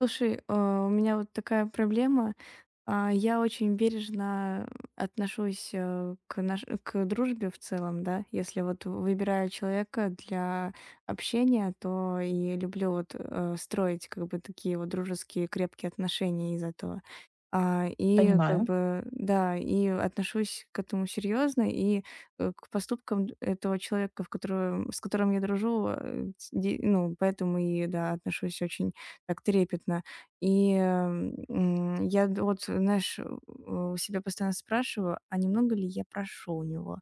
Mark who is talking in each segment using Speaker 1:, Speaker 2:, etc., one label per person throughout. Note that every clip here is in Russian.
Speaker 1: Слушай, у меня вот такая проблема. Я очень бережно отношусь к дружбе в целом, да. Если вот выбираю человека для общения, то и люблю вот строить как бы такие вот дружеские крепкие отношения из этого. И как
Speaker 2: Понимаю,
Speaker 1: бы, да, и отношусь к этому серьезно, и, к поступкам этого человека, в которого с которым я дружу, э, ть де ну, поэтому и, да, отношусь очень так трепетно. И, я д вот, знаешь, у себя постоянно спрашиваю, а немного ли я прошу у него?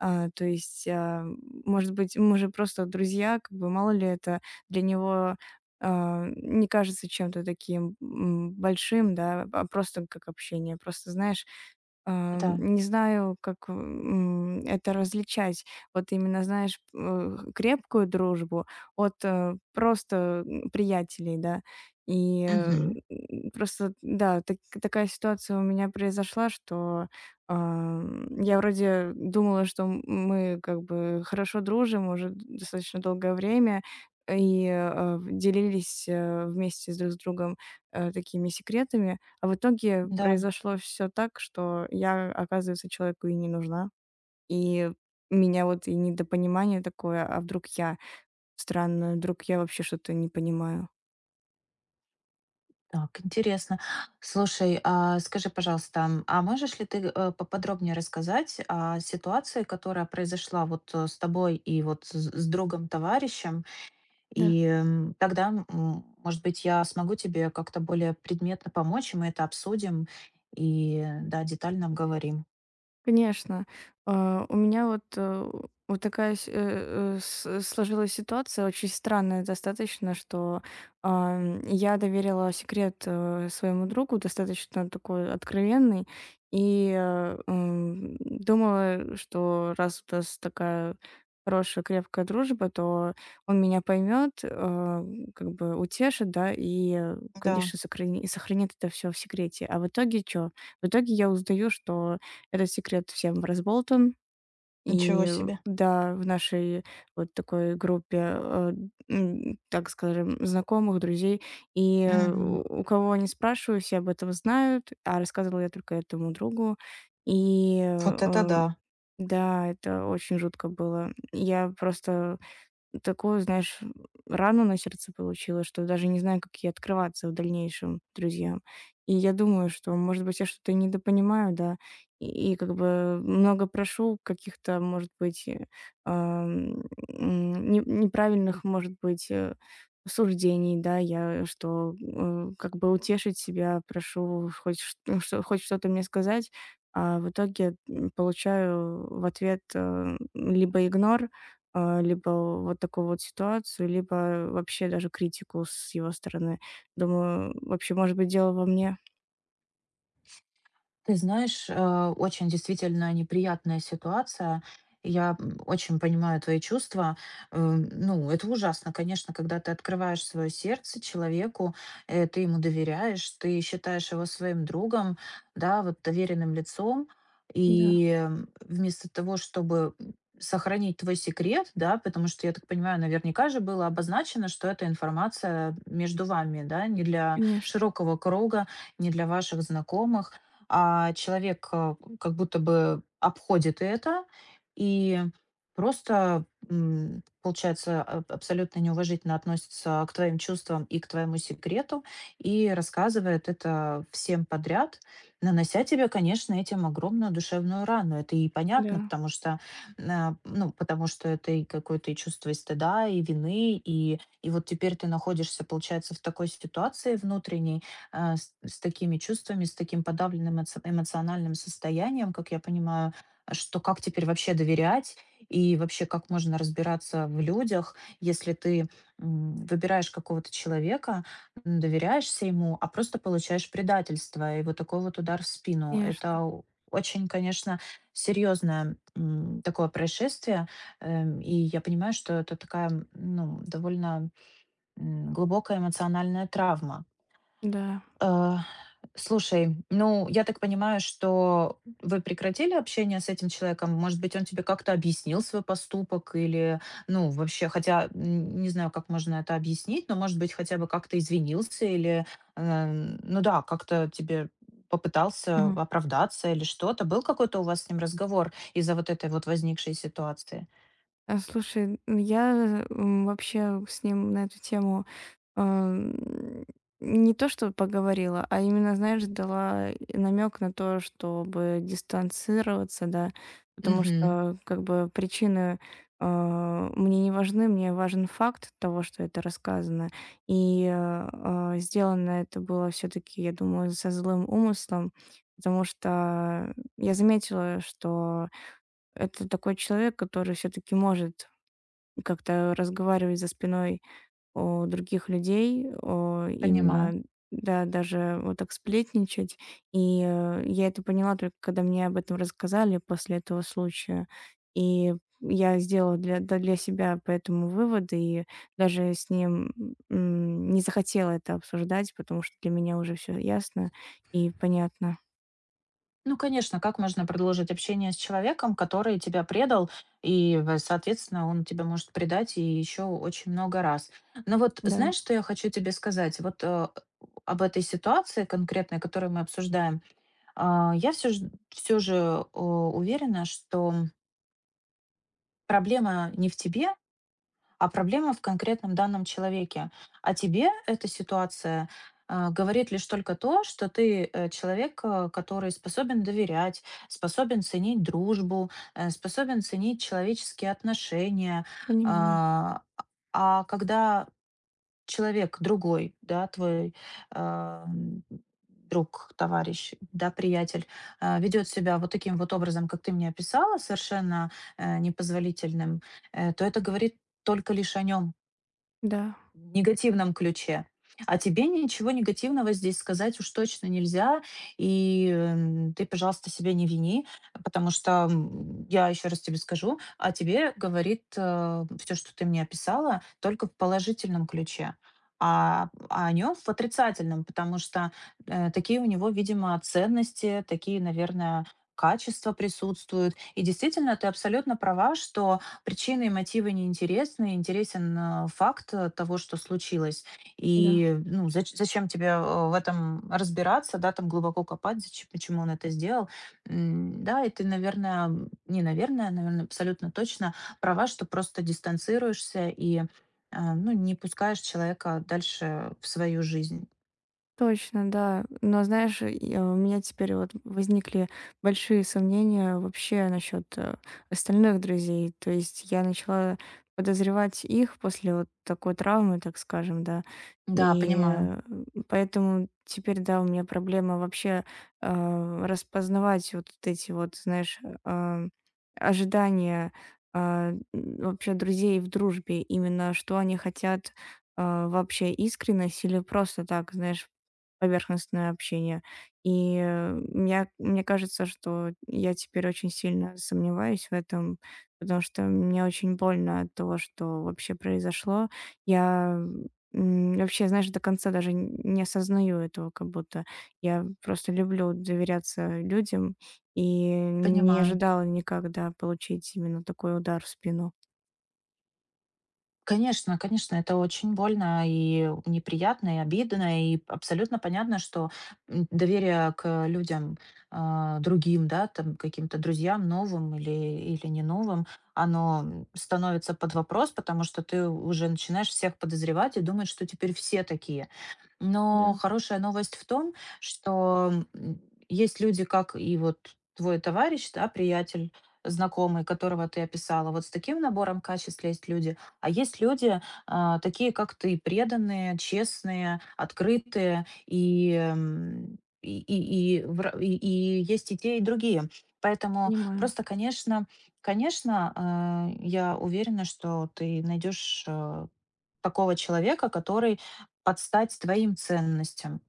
Speaker 1: То есть, может быть, мы же просто друзья, как бы мало ли это для него не кажется чем-то таким, большим, да, а просто как общение. Просто, знаешь,
Speaker 2: да.
Speaker 1: не знаю, как это различать. Вот именно, знаешь, крепкую дружбу от просто приятелей, да. И,
Speaker 2: Мгм.
Speaker 1: просто, да, такая ситуация у меня произошла, что, я вроде думала, что мы как бы хорошо дружим уже достаточно долгое время и, делились, вместе с друг с другом, такими секретами. А в итоге
Speaker 2: Да,
Speaker 1: произошло все так, что я, оказывается, человеку и не нужна. И меня вот и недопонимание такое: а вдруг я странная, вдруг я вообще что-то не понимаю?
Speaker 2: так, интересно. Слушай, а скажи, пожалуйста, а можешь ли ты поподробнее рассказать о ситуации, которая произошла вот с тобой и вот с другом, товарищем?
Speaker 1: Да.
Speaker 2: И тогда, может быть, я смогу тебе как-то более предметно помочь, и мы это обсудим и, да, детально обговорим.
Speaker 1: Конечно. У меня вот, вот такая с э, э, с э, сложилась ситуация очень странная достаточно, что, я доверила секрет, своему другу, достаточно такой откровенный, и, думала, что раз у нас такая хорошая, крепкая дружба, то он меня поймет, как бы утешит, да, и,
Speaker 2: Да,
Speaker 1: конечно, сохранит это все в секрете. А в итоге что? В итоге я узнаю, что этот секрет всем разболтан. И
Speaker 2: ничего себе.
Speaker 1: да, в нашей вот такой группе, так скажем, знакомых, друзей. И
Speaker 2: Мгм.
Speaker 1: у кого не спрашиваю, все об этом знают, а рассказывала я только этому другу. И,
Speaker 2: Вот это да.
Speaker 1: да, это очень жутко было. Я просто такую, знаешь, рану на сердце получила, что даже не знаю, как ей открываться в дальнейшем друзьям. И я думаю, что, может быть, я что-то недопонимаю, да, и как бы много прошу каких-то, может быть, ам, неправильных, может быть, суждений, да, как бы утешить себя, прошу хоть, ну, что, хоть что-то мне сказать, а в итоге получаю в ответ либо игнор, либо вот такую вот ситуацию, либо вообще даже критику с его стороны. Думаю, вообще, может быть, дело во мне.
Speaker 2: Ты знаешь, очень действительно неприятная ситуация. Я очень понимаю твои чувства. Ну, это ужасно, конечно, когда ты открываешь свое сердце человеку, э, ты ему доверяешь, ты считаешь его своим другом, да, вот доверенным лицом.
Speaker 1: Да,
Speaker 2: И вместо того, чтобы сохранить твой секрет, да, потому что, я так понимаю, наверняка же было обозначено, что эта информация между вами, да, не для
Speaker 1: конечно,
Speaker 2: широкого круга, не для ваших знакомых, а человек, как будто бы обходит это и просто, получается, аб абсолютно неуважительно относится к твоим чувствам и к твоему секрету, и рассказывает это всем подряд, нанося тебе, конечно, этим огромную душевную рану. Это и понятно,
Speaker 1: да,
Speaker 2: потому что, ну, потому что это и какое-то и чувство и стыда, и вины, и вот теперь ты находишься, получается, в такой ситуации внутренней, э, с такими чувствами, с таким подавленным эмоциональным состоянием, как я понимаю, а, что как теперь вообще доверять и вообще как можно разбираться в людях, если ты выбираешь какого-то человека, доверяешься ему, а просто получаешь предательство и вот такой вот удар в спину.
Speaker 1: конечно,
Speaker 2: Это очень, конечно, серьезное такое происшествие. И я понимаю, что это такая м, ну, довольно глубокая эмоциональная травма.
Speaker 1: да.
Speaker 2: А, слушай, ну, я так понимаю, что вы прекратили общение с этим человеком? Может быть, он тебе как-то объяснил свой поступок или, ну, вообще, хотя не знаю, как можно это объяснить, но, может быть, хотя бы как-то извинился или, э, ну да, как-то тебе попытался
Speaker 1: Мгм.
Speaker 2: оправдаться или что-то. Был какой-то у вас с ним разговор из-за вот этой вот возникшей ситуации?
Speaker 1: Слушай, н я, вообще с ним на эту тему, эм, не то что поговорила, а именно, знаешь, дала намек на то, чтобы дистанцироваться, да. Потому
Speaker 2: Угу,
Speaker 1: что, как бы, причины, мне не важны, мне важен факт того, что это рассказано. И, сделано это было все таки, я думаю, со злым умыслом, потому что я заметила, что это такой человек, который все таки может и как-то разговаривать за спиной других людей,
Speaker 2: понимаю.
Speaker 1: именно, да, даже вот так сплетничать. И, я это поняла, только когда мне об этом рассказали после этого случая. И я сделала для себя поэтому выводы и даже с ним, не захотела это обсуждать, потому что для меня уже все ясно и понятно.
Speaker 2: Ну, конечно, как можно продолжить общение с человеком, который тебя предал, и, соответственно, он тебя может предать и еще очень много раз. Но вот
Speaker 1: Да,
Speaker 2: знаешь, что я хочу тебе сказать? Вот об этой ситуации конкретной, которую мы обсуждаем, а, я все же уверена, что проблема не в тебе, а проблема в конкретном данном человеке. А тебе эта ситуация говорит лишь только то, что ты человек, который способен доверять, способен ценить дружбу, способен ценить человеческие отношения.
Speaker 1: понимаю.
Speaker 2: А а когда человек другой, да, твой, ам, друг, товарищ, да, приятель, а, ведет себя вот таким вот образом, как ты мне описала, совершенно, непозволительным, то это говорит только лишь о нем.
Speaker 1: Да,
Speaker 2: В негативном ключе. А тебе ничего негативного здесь сказать уж точно нельзя. И, ты, пожалуйста, себя не вини, потому что, я еще раз тебе скажу, а тебе говорит все, что ты мне описала, только в положительном ключе, а о нем в отрицательном, потому что, такие у него, видимо, ценности, такие, наверное, качества присутствуют. И действительно, ты абсолютно права, что причины и мотивы неинтересны, интересен, а, факт, того, что случилось.
Speaker 1: да.
Speaker 2: И, ну, зачем тебе, в этом разбираться, да, там глубоко копать, зачем почему он это сделал. Да, и ты, наверное, м, не наверное, наверное, абсолютно точно права, что просто дистанцируешься и, а, ну, не пускаешь человека дальше в свою жизнь.
Speaker 1: Точно, да. Но знаешь, у меня теперь вот возникли большие сомнения вообще насчет остальных друзей. То есть я начала подозревать их после вот такой травмы, так скажем, да.
Speaker 2: Да,
Speaker 1: И
Speaker 2: понимаю,
Speaker 1: поэтому теперь, да, у меня проблема вообще распознавать вот эти вот, знаешь, э, ожидания э, вообще друзей в дружбе, именно что они хотят вообще искренность или просто так, знаешь, поверхностное общение. И, мне кажется, что я теперь очень сильно сомневаюсь в этом, потому что мне очень больно от того, что вообще произошло. Я, вообще, знаешь, до конца даже н не осознаю этого как будто. Я просто люблю доверяться людям и не
Speaker 2: понимаю.
Speaker 1: ожидала никогда получить именно такой удар в спину.
Speaker 2: Конечно, конечно, это очень больно и неприятно, и обидно, и абсолютно понятно, что доверие к людям а, другим, да, там каким-то друзьям новым или не новым, оно становится под вопрос, потому что ты уже начинаешь всех подозревать и думать, что теперь все такие. Но
Speaker 1: Да,
Speaker 2: хорошая новость в том, что есть люди, как и вот твой товарищ, да, приятель, знакомый, которого ты описала. Вот с таким набором качеств есть люди, а, такие как ты, преданные, честные, открытые, и есть и те, и другие. Поэтому
Speaker 1: понимаю.
Speaker 2: просто, конечно, конечно, а, я уверена, что ты найдешь такого человека, который под стать твоим ценностям.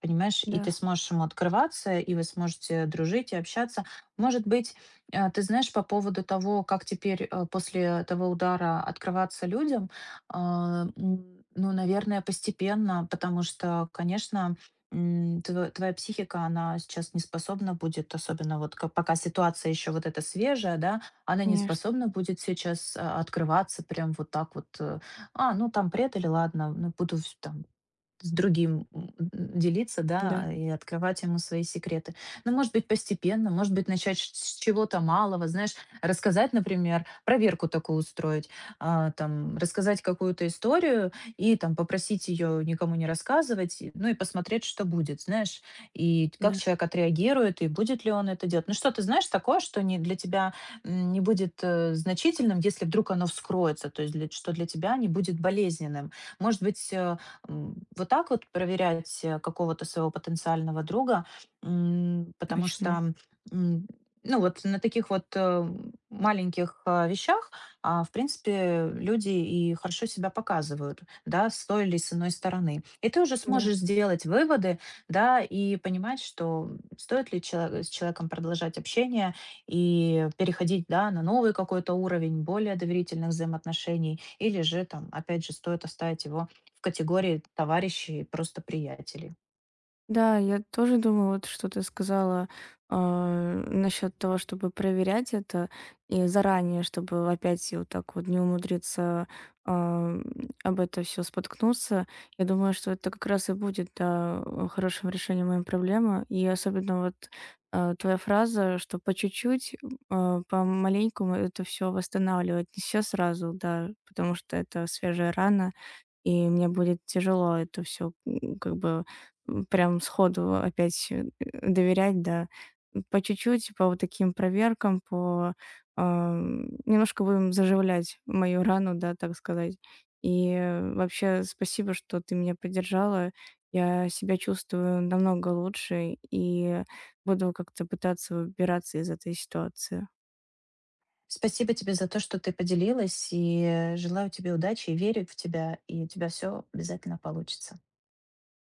Speaker 2: Понимаешь? И ты
Speaker 1: Да,
Speaker 2: сможешь ему открываться, и вы сможете дружить и общаться. Может быть, ты знаешь, по поводу того, как теперь после того удара открываться людям, а, ну, наверное, постепенно, потому что, конечно, твоя психика, она сейчас не способна будет, особенно вот пока ситуация еще вот эта свежая, да, она не
Speaker 1: конечно.
Speaker 2: способна будет сейчас открываться прям вот так вот а, ну там предали, ладно, ну буду вс там с другим делиться,
Speaker 1: Да,
Speaker 2: да, и открывать ему свои секреты. Ну, может быть, постепенно, может быть, начать с чего-то малого, знаешь, рассказать, например, проверку такую устроить, а, там, рассказать какую-то историю и там попросить ее никому не рассказывать, ну и посмотреть, что будет, знаешь, и как
Speaker 1: Да.
Speaker 2: человек отреагирует, и будет ли он это делать. Ну что, ты знаешь такое, что не для тебя не будет значительным, если вдруг оно вскроется, то есть что для тебя не будет болезненным. Может быть, вот так вот проверять какого-то своего потенциального друга, потому
Speaker 1: точно.
Speaker 2: что, м, ну вот на таких вот маленьких а, вещах, а, в принципе, люди и хорошо себя показывают, да, с той или с иной стороны. И ты уже
Speaker 1: Да.
Speaker 2: сможешь сделать выводы, да, и понимать, что стоит ли с человеком продолжать общение и переходить, да, на новый какой-то уровень более доверительных взаимоотношений, или же там, опять же, стоит оставить его в категории товарищей и просто приятелей.
Speaker 1: Да, я тоже думаю, вот что ты сказала, а, насчет того, чтобы проверять это и заранее, чтобы опять и вот так вот не умудриться, а, об это все споткнуться. Я думаю, что это как раз и будет, да, хорошим решением моей проблемы. И особенно вот, твоя фраза, что по чуть-чуть, помаленькому это все восстанавливать. Не все сразу, да, потому что это свежая рана, и мне будет тяжело это все как бы прям сходу опять, доверять, да. По чуть-чуть, по вот таким проверкам, немножко будем заживлять мою рану, да, так сказать. И вообще спасибо, что ты меня поддержала. Я себя чувствую намного лучше и буду как-то пытаться выбираться из этой ситуации.
Speaker 2: Спасибо тебе за то, что ты поделилась, и желаю тебе удачи, и верю в тебя, и у тебя все обязательно получится.